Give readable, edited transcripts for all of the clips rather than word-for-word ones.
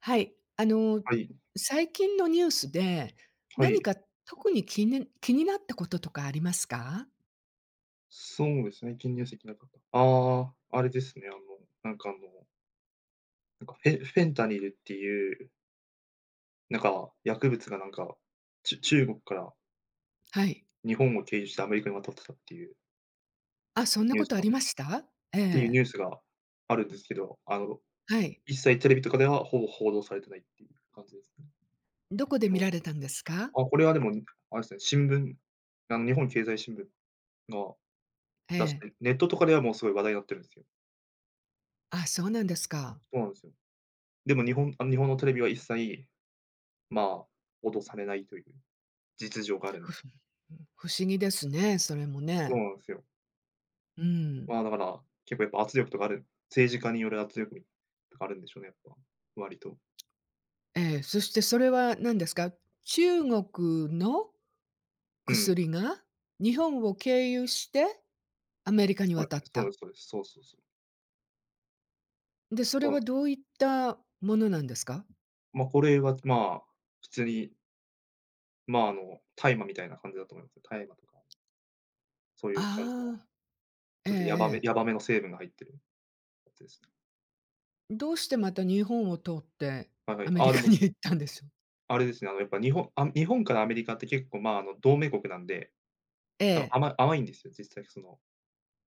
はい。はい、最近のニュースで、は何い。か特に気になったこととかありますか？そうですね、金乳石なかった。あれですね、なんかあの、なんかフェンタニルっていう、なんか薬物がなんか、中国からはい。日本を経由してアメリカに渡ってたっていうあ、そんなニューこスとあがりっました？えニえ。ュースがあるんですけど、はい。一切テレビとかではほぼ報道されてないっていう感じですね。どこで日見本られのたんですか？あ、これはでも、あれですね、新聞、日本経済新聞がえ出しえ。て、ネットとかではもうすごい話題になってるんですよ。あ、そうなんですか。そうなんですよ。でも日本のテレビは一切まあ、脅されないという実情があるんふでふす。不思議ですね、それもそうね。なんですよ。うん。まあ、だから、結構やっぱ圧力とか政治家による圧力とかあるんでしょうね、やっぱ、割と。ええ、そしてそれは何ですか？中国のうん。薬が日本を経由してアメリカにはい、渡っそうた。ですそうです。そうそうそう。で、それそうなんはでどす。ういったものなんですか？まあ、これは、まあ、普通に、まあ、大麻みたいな感じだと思いますよ。大麻とか、そういう感じの、ああ、えちえょえっとやばめえ。やばめの成分が入ってるやつですね。どうしてまた日本を通ってはいはアい。メあリあ、でカも、に行ったんでしょう？あれですね、やっぱ日本あ、日本からアメリカって結構、まあ、同盟国なんで、え多分え。甘いんですよ、実際その、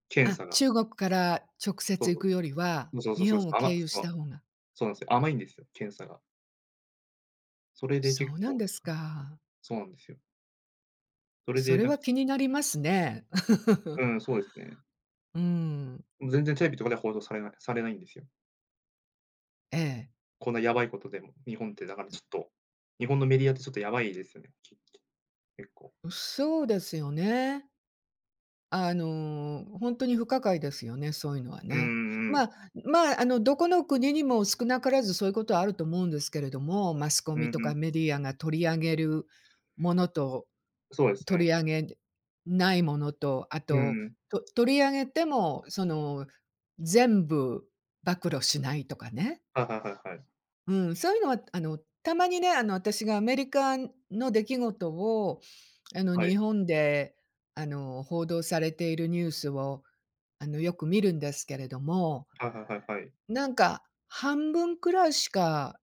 検あ、査が。中国から直そ接う行そくよりは、う。そうそう日そうそうで本す。を経由した方が。そうなんですよ。甘いんですよ、検査が。それで結そうなん構ですか。そうなんですよ。それそでれなんはか気になりますね。うん、そうですね。うん。全然テレビとかでは報道されないんですよ。ええ。こんなやばいことでも、日本ってだからちょっと、日本のメディアってちょっとやばいですよね、結構。そうですよね。ほんに不可解ですよね、そういうのはうんうね。んうまん。あ、どこの国にも少なからずそういうことはあると思うんですけれども、マスコうミとかんメディアが取り上げるものと、そうです取ね。り上げないものと、あうんと、うん。と取り上げても、全部暴露しないとかね。はいはいはいはい。うん、そういうのは、たまにね、私がアメリカの出来事を、はい。日本で、報道されているニュースをよく見るんですけれども、はいはいはいはい。なんか半分くらいしか、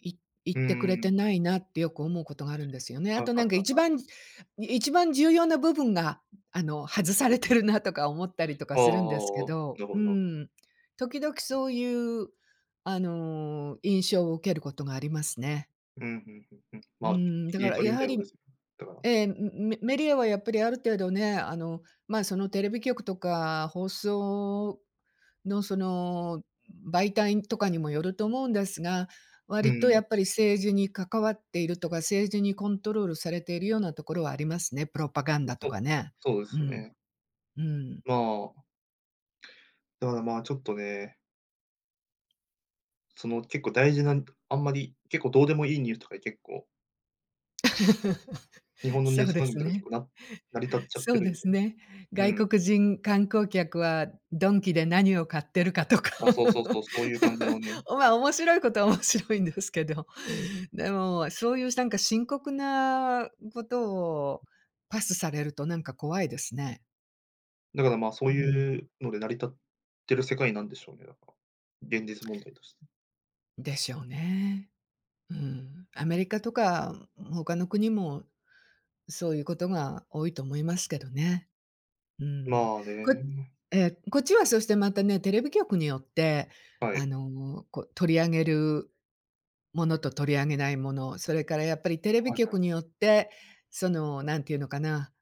言っうてくんうれてんないなってよく思うことがあるんですよね。あはいとはないんかはいはい。一番重要な部分が、外されてるなとか思ったりとかああ、なるするんですけほどど、なるうほど。ん。時々そういう、印象を受けることがありますね。うん、うんうんうん。うまあ、ん、だ切かりら取りやみはたいなこり、とですよね。だから。ええ、メディアはやっぱりある程度ね、まあ、そのテレビ局とか放送の、その、媒体とかにもよると思うんですが、う割とやん。っぱり政治に関わっているとか、政治にコントロールされているようなところはありますね。プロパガンダとそかう、ね。そうでうすん、ね。うん。まあ、だからまあ、ちょっとね、その結構大事な、あんまり、結構どうでもいいニュースとかに結構、日 本のニそューうスで番組すとか結ね。構な成り立っちゃっそてうるでんで、すね。う外ん。国人観光客はドンキで何を買ってるかとか。まあ、そうそうそう、そういう感じのね。ま、面白いことは面白いんですけど。でも、そういうなんか深刻なことをパスされるとなんか怖いですね。だからまあ、そうういん。うので成り立ってる世界なんでしょうね、だから。現実問題として。でしょうね。うん。アメリカとか他の国もそういうことが多いと思いますけどね。うん。まあこね、えーこっちはそしてまたね、テレビ局によって、はい。こう取り上げるものと取り上げないもの、それからやっぱりテレビはいは局い。によって、なんていうのかな、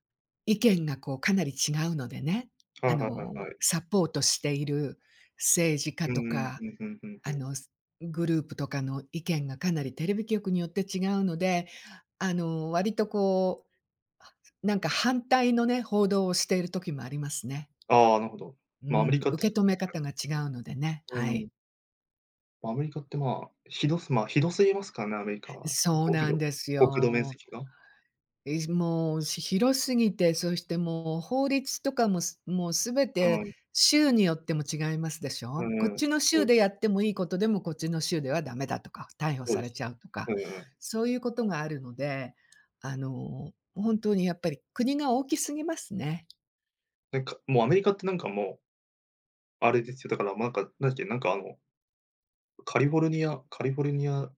意見がこうかなり違うのでね、はいはいはいはいはいサポートしている政治家うんとうん、か、うんうんうんうあん。の、グループとかの意見がかなりテレビ局によって違うので、割とこう、なんか反対のね、報道をしている時もありますね。ああ、なるほど。うまあ、アメん、リカって受け止め方が違うのでね、うはい。ん。ま、アメリカってまあ、ひどすまあ、ひどすぎますからね、アメリカは。そう国なん土です国土面よ。積が。もう、広すぎて、そしてもう法律とかも、もう全うてん。州によっても違いますでしうょ。こっんちのそ州うでやってもいいことでも、こっちの州ではダメだとか、逮捕そうさでれすちよ。ゃうとうか、んうん。そういうことがあるので、本当にやっぱり国が大きすぎますね。なんか、もうアメリカってなんかもう、あれですよ、だからなんか、なんだっけ、なんかカリフォルニア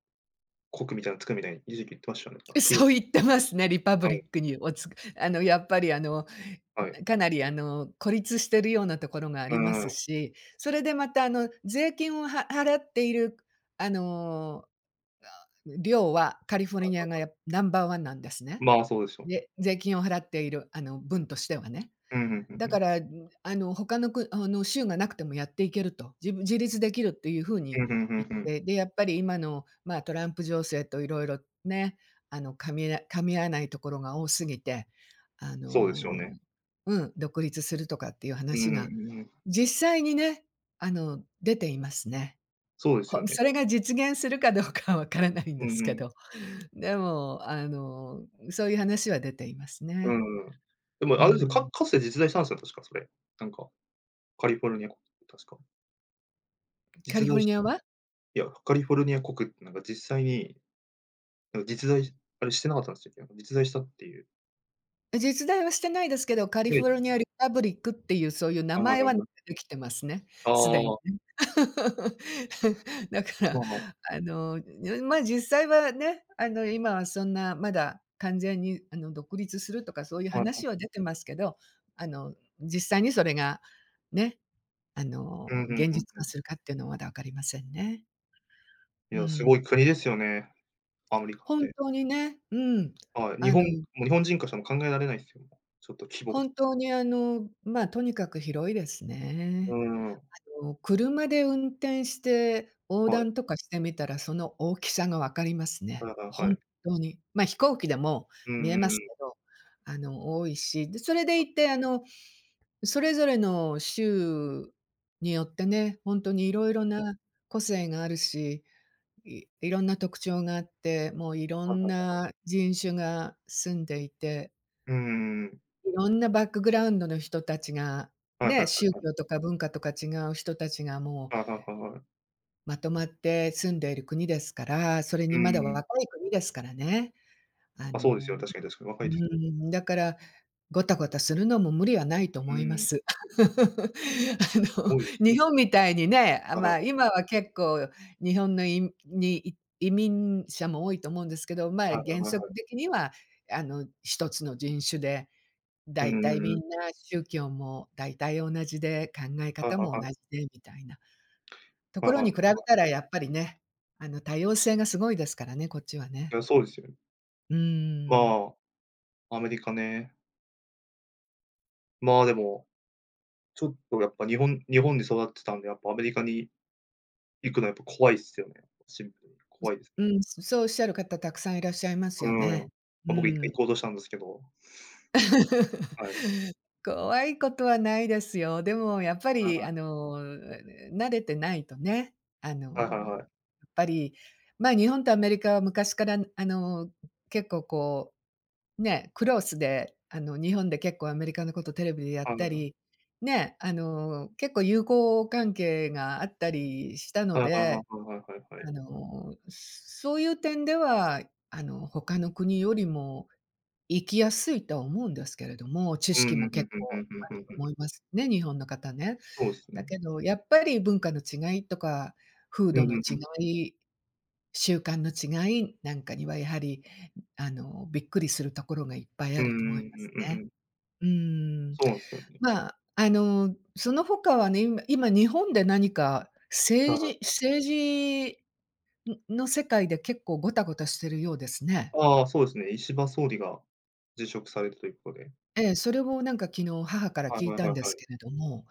国みたいなの作るみたいに一時期言ってましたよね。ひろそうせ言ってますね、リパブリうックにやっぱりはい。かなり孤立してるようなところがあうりまんすうん。し、それでまた税金は払っているあの、量はカリフォルニアがナンバーワンなんですね。まあ、そうですよね。で、税金を払っている分としてはね。うんうんうんだうかん。ら、他の州がなくてもやっていけると、自立できるっていう風うにん、うんうん言っうん。て、で、やっぱり今の、まあ、トランプ情勢といろいろね、噛み合わないところが多すぎて、あそうですよのね。うん、独立するとかっていうう話んうが、ん実際にね、出ていますね。そうですよね。それが実現するかどうかはわからないんうですんうけん。ど、でも、そういう話は出ていますうね。んうん。でもうあれですよ、ん。かつて実在したんですよ、確かそれ。なんか、カリフォルニア国、確か。カリ実フォ在ルしニアは？いや、カリフォルニア国ってなんか実際になんか実在しあれしてなかったんですよ。実在したっていう。実在はしてないですけど、カリでフォルニアリパブリックっていうそういう名はいはい前はいはではい。きてますね、あすでに。あ、だから、まあまあ、あの、ま、実際はね、今はそんなまだ完全に独立するとかそういうはい話はは出てますけど、実際にそれがね、い。うんうんう現実んう化ん。するかっていうのはまだ分かりませんね。いうや、すごん。い国ですよね、アメリカっ本て。当にね、うん、はい。あの、日本人からしても考えられないですよ。ちょっと規模が。本当にま、とにかく広いですうね。ん。車で運転して横はい。断とかしてみたら、その大きさが分かりますね。はいはいは本い。当に。まあ、飛行機でもうんう見えんうますけん。ど、多いし、で、それでいて、それぞれの州によってね、本当にいろいろな個性があるし、いろんな特徴があって、もういろはいんはい。な人種が住んでいて、うんうんうん。いろんなバックグラウンドの人たちが、はいはいはね、宗いはい。教とか文化とか違う人たちがもうはいはいはいはい。まとまって住んでいる国ですから、それうにまだ若ん。い国ですからね。ああ、の、そうですよ、確かに確かに若ういです。ーだから、ごたごたするのも無理はないとう思いまん、す。あすの、ごいですね。日本みたいにね、あ、はいはいまあ、はい。今は結構日本に、移民者も多いと思うんですけど、まあ、はいはい原はい則はい。的には、一つの人種で、うだんいうたいんみうんん。な宗教もだいたい同じで、考えはい方はもいは同じい。でみたいな。とはこいはろいはにい。比べたらやっぱりね、多様性がすごいですからね、こっちはいね。や、そうですよね。うーん。まあ、アメリカね。まあ、でもちょっとやっぱ日本で育ってたんで、やっぱアメリカに行くのはやっぱ怖いっすよね。シンプルに怖いですうね。ん、そうおっしゃる方たくさんいらっしゃいますうよん。ね。ま、う僕1ん。回行こうとしたんですけど。はい。怖いことはないですよ。でもやっぱはいりはい。慣れてないとね、あの、はいはいはい。やっぱり、ま、日本とアメリカは昔から結構こう、ね、クロスで、日本で結構アメリカのことテレビでやはっいたはい。り、ね、結構友好関係があったりしたのはいはいはいではいはいはい。そういう点では、他の国よりも行きやすいとは思うんですけれども、知うん、識ふもんふ結んふんふ構あんふるんとふ思ん。いますね、日本の方ね。そうですだね。けど、やっぱり文化の違いとか、風う土んうのんう違ん。い、習慣の違いなんかにはやはり、びっくりするところがいっぱいあうんると思ういんまうすんうんね。うん。うーん。そうなんすよね。まあ、その他はね、今日本で何かはい政はい。治政治んの世界で結構ゴタゴタしてるようですね。ああ、そうですね、石破総理が辞職されたということで。ええ、それをなんか昨日母からはい聞いはいはたいんはですい。けれども、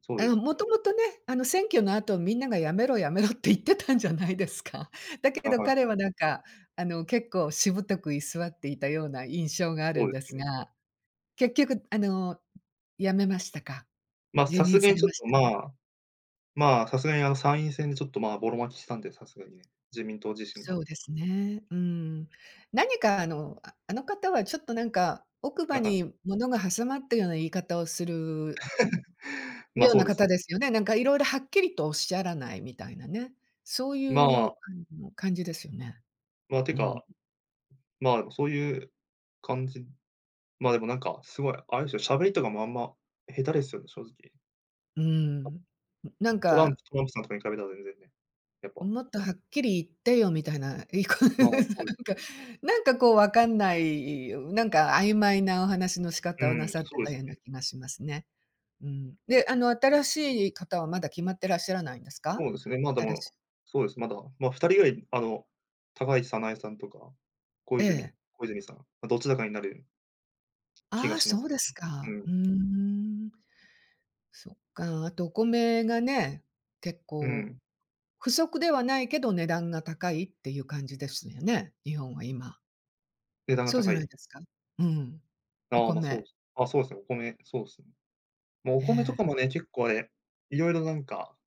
そうです。もともとね、選挙の後みんなが「やめろ、やめろ」って言ってたんじゃないですか。だけはいどはい彼はい。はなんか、結構しぶとく居座っていたような印象があるそうんでですすね。が、結局辞めましたか？ま、辞さ任すがさにれちょまっした。とまあまあ、さすがに参院選でちょっと、まあ、ぼろ負けしたんで、さすがにね、自民党自身そが。うですね。うん。何かああの方はちょっとなんか奥 歯はいはい。に物が挟まったような言い方をするまあ、ようそなうで方す。ですよね。なんかいろいろはっきりとおっしゃらないみたいなね。そういまうあ、感じですよね。まあ、てうん。か、まあ、でもそういう感じでもなんか、すごい、あれですよ、喋りとかもあんま下手ですよね、正直。うーん。なんトランか、プトランプさんとかに比べたら全然ね、やっぱ。もっとはっきり言ってよみたいな、なまんあ、そうですね。かなんかこうわかんない、なんか曖昧なお話の仕う方をなん、さってそうたですようなね。気がしますね。うん。で、あの新しい方はまだ決まってらっしゃらないんですか？そうですね、まあ、で新しいも、そうです、まだ、まあ、2人ぐらい、高市早苗さんとか、小え泉え。小泉さん、ま、どちらかになる気あがあ、しまそすうけですどか。ね。うん、うーん。そっか、あとお米がね、結う構ん、不足ではないけど値段が高いっていう感じですよね、日本は今。値段がそうじゃ高ないい。ですか？うん。おああ、ま、そう米。です。あ、そうですね、お米、そうですね。もうおえ米とかもえ。ね、結構あれ、いろいろなんか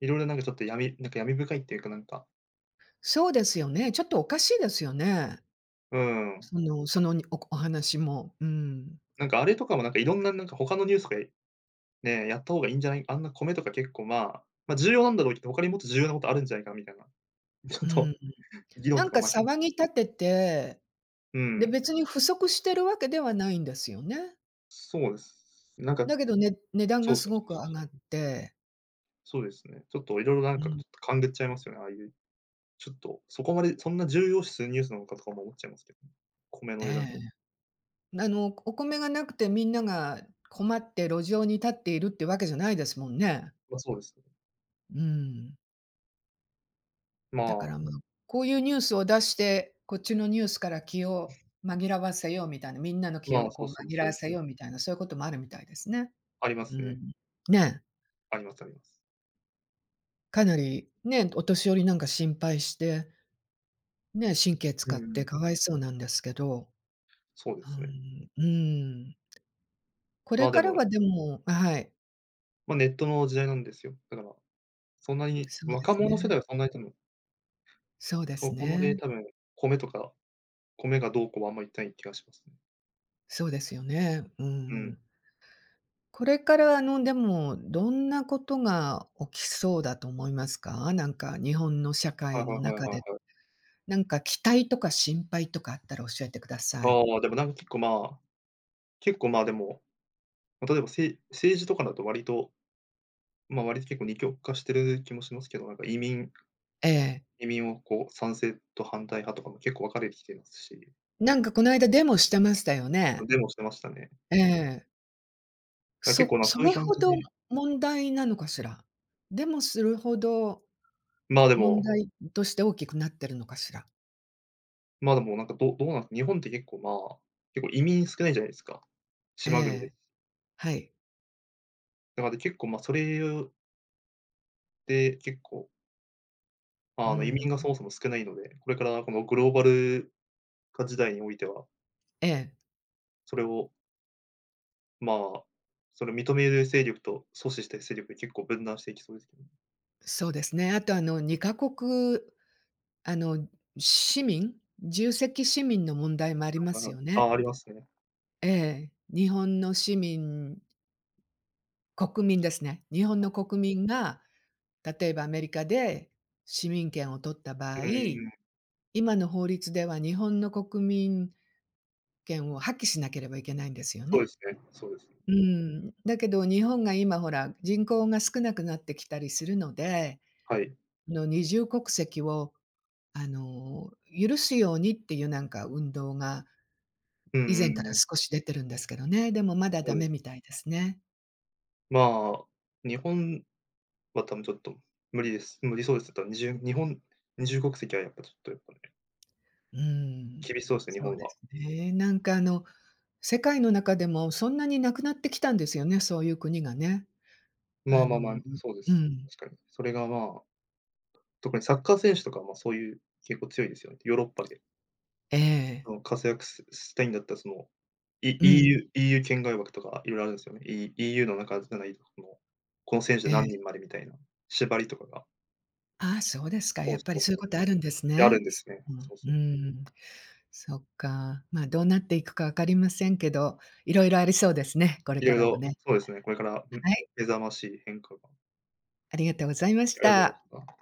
いろいろなんかちょっと闇なんか闇深いっていうかなんか、そうですよね、ちょっとおかしいですよね。うーん、その、お話も。うん。なんかあれとかもなんかいろんななんか他のニュースでね、やった方がいいんじゃない、あんな米とか結構、まあ、ま、重要なんだろうけど、他にもっと重要なことあるんじゃないかみたいな、ちょうっん。と議論なんとか、か騒ぎ立てて、うで、ん、別に不足してるわけではないんですよね。そうです。なんか、だけどね値段そがうそうすそごうくそう上がそっう。て、そうですね。ちょっといろいろなうんかちょっん、と勘ぐっちゃいますよね、ああいう、ちょっとそこまでそんな重要視するニュースなのかとかも思っちゃいますけどね。米えの値段え。とあの、お米がなくてみんなが困って路上に立っているってわけじゃないですもんね。ま、そうです。うん。まだから、まあ、あ、こういうニュースを出して、こっちのニュースから気を紛らわせようみたいな、みんなの気まあ、をそこううそう、紛らそうわですせね。ようみたいな、そういうこともあるみたいですね。ありまうすね。ん。ね、ありますあります。かなり、ね、お年寄りなんか心配して、ね、神経使うっんうてん。かわいそうなんですけど、そうでうすね。ん、うん。こまれあ、でからも、はでもはい、ま、ネットの時代なんですよ。だから、そんなにそうで若すね。者世代はそんなに多分、そうでそすこまでね。多分、米とか米がどうこうはあんま言ってない気がしますね。そうですよね。ううん。ん。これからでも、どんなことが起きそうだと思いますか？なんか日本の社は会いはのいはい中はいはい。で、なんか期待とか心配とかあったら教えてください。ああ、でもなんか結構、まあ、結構、まあ、でも、ま、例えば政治とかだと割と、ま、割と結構二極化してる気もしますけど、なんかええ。移民をこう賛成と反対派とかも結構分かれてきてますし、なんかこの間デモしてましたよね。デモしてましたね。ええ。あ、結そ構なんかそそういうれ感ほじどで、問題なのかしら？デモするほどまあ、で問も題として大きくなってるのかしら？まあ、でもなんか、どうどうなん日本って結構、まあ、結構移民少ないじゃないですか。え島国でえ、す。はい。だから結構、ま、それで、結構、う移民がそん。もそも少ないので、これからこのグローバル化時代においては、ええ、それを、まあ、それを認める勢力と阻止したい勢力で結構分断していきそうですけどね。そうですね。あと2カ国あの、市民の問題もありまなすんか、よね。ああ、ありますね。ええ。日本の国民ですね。日本の国民が、例えばアメリカで市民権を取った場合、うんうんうん。今の法律では日本の国民権を破棄しなければいけないんですよそうでね。すねそうですね。うん。だけど日本が今ほら、人口が少なくなってきたりするので、はい。あの、二重国籍をあの、許すようにっていうなんか運動がうん以前うかんらうん。少し出てるんですけどね、でもまだそダうでメす。みたいですね。まあ、日本は多分ちょっと無理です。無理そうです。だからにじゅう日本二重国籍はやっぱちょっとやっぱね、うん、厳しそうですね、日そう本では。すね。なんか世界の中でもそんなになくなってきたんですよね、そういう国がね。まああまあまあ、のそうでうす。ん、確かに。それがまあ、特にサッカー選手とかはまあそういう結構強いですよね。ヨーロッパで、ええ、あの、活躍すしたいんだったらその、うん、EU 圏外枠とか色々あるんですよね。EU の中じゃないと、この選手え何え。人までみたいな縛りとかが、ああ、そうですか、そやうっそぱりうそういうそう。ことあるんですで、あるね。んですすね。うん、そううそう。ん、そっか。まあ、どうなっていくか分かりませんけど、いろいろありそうですね、これか色らも々ね。そうですね、これから、ん、はい、目覚ましい変化が。ありがとうございましありがとうございた。ました。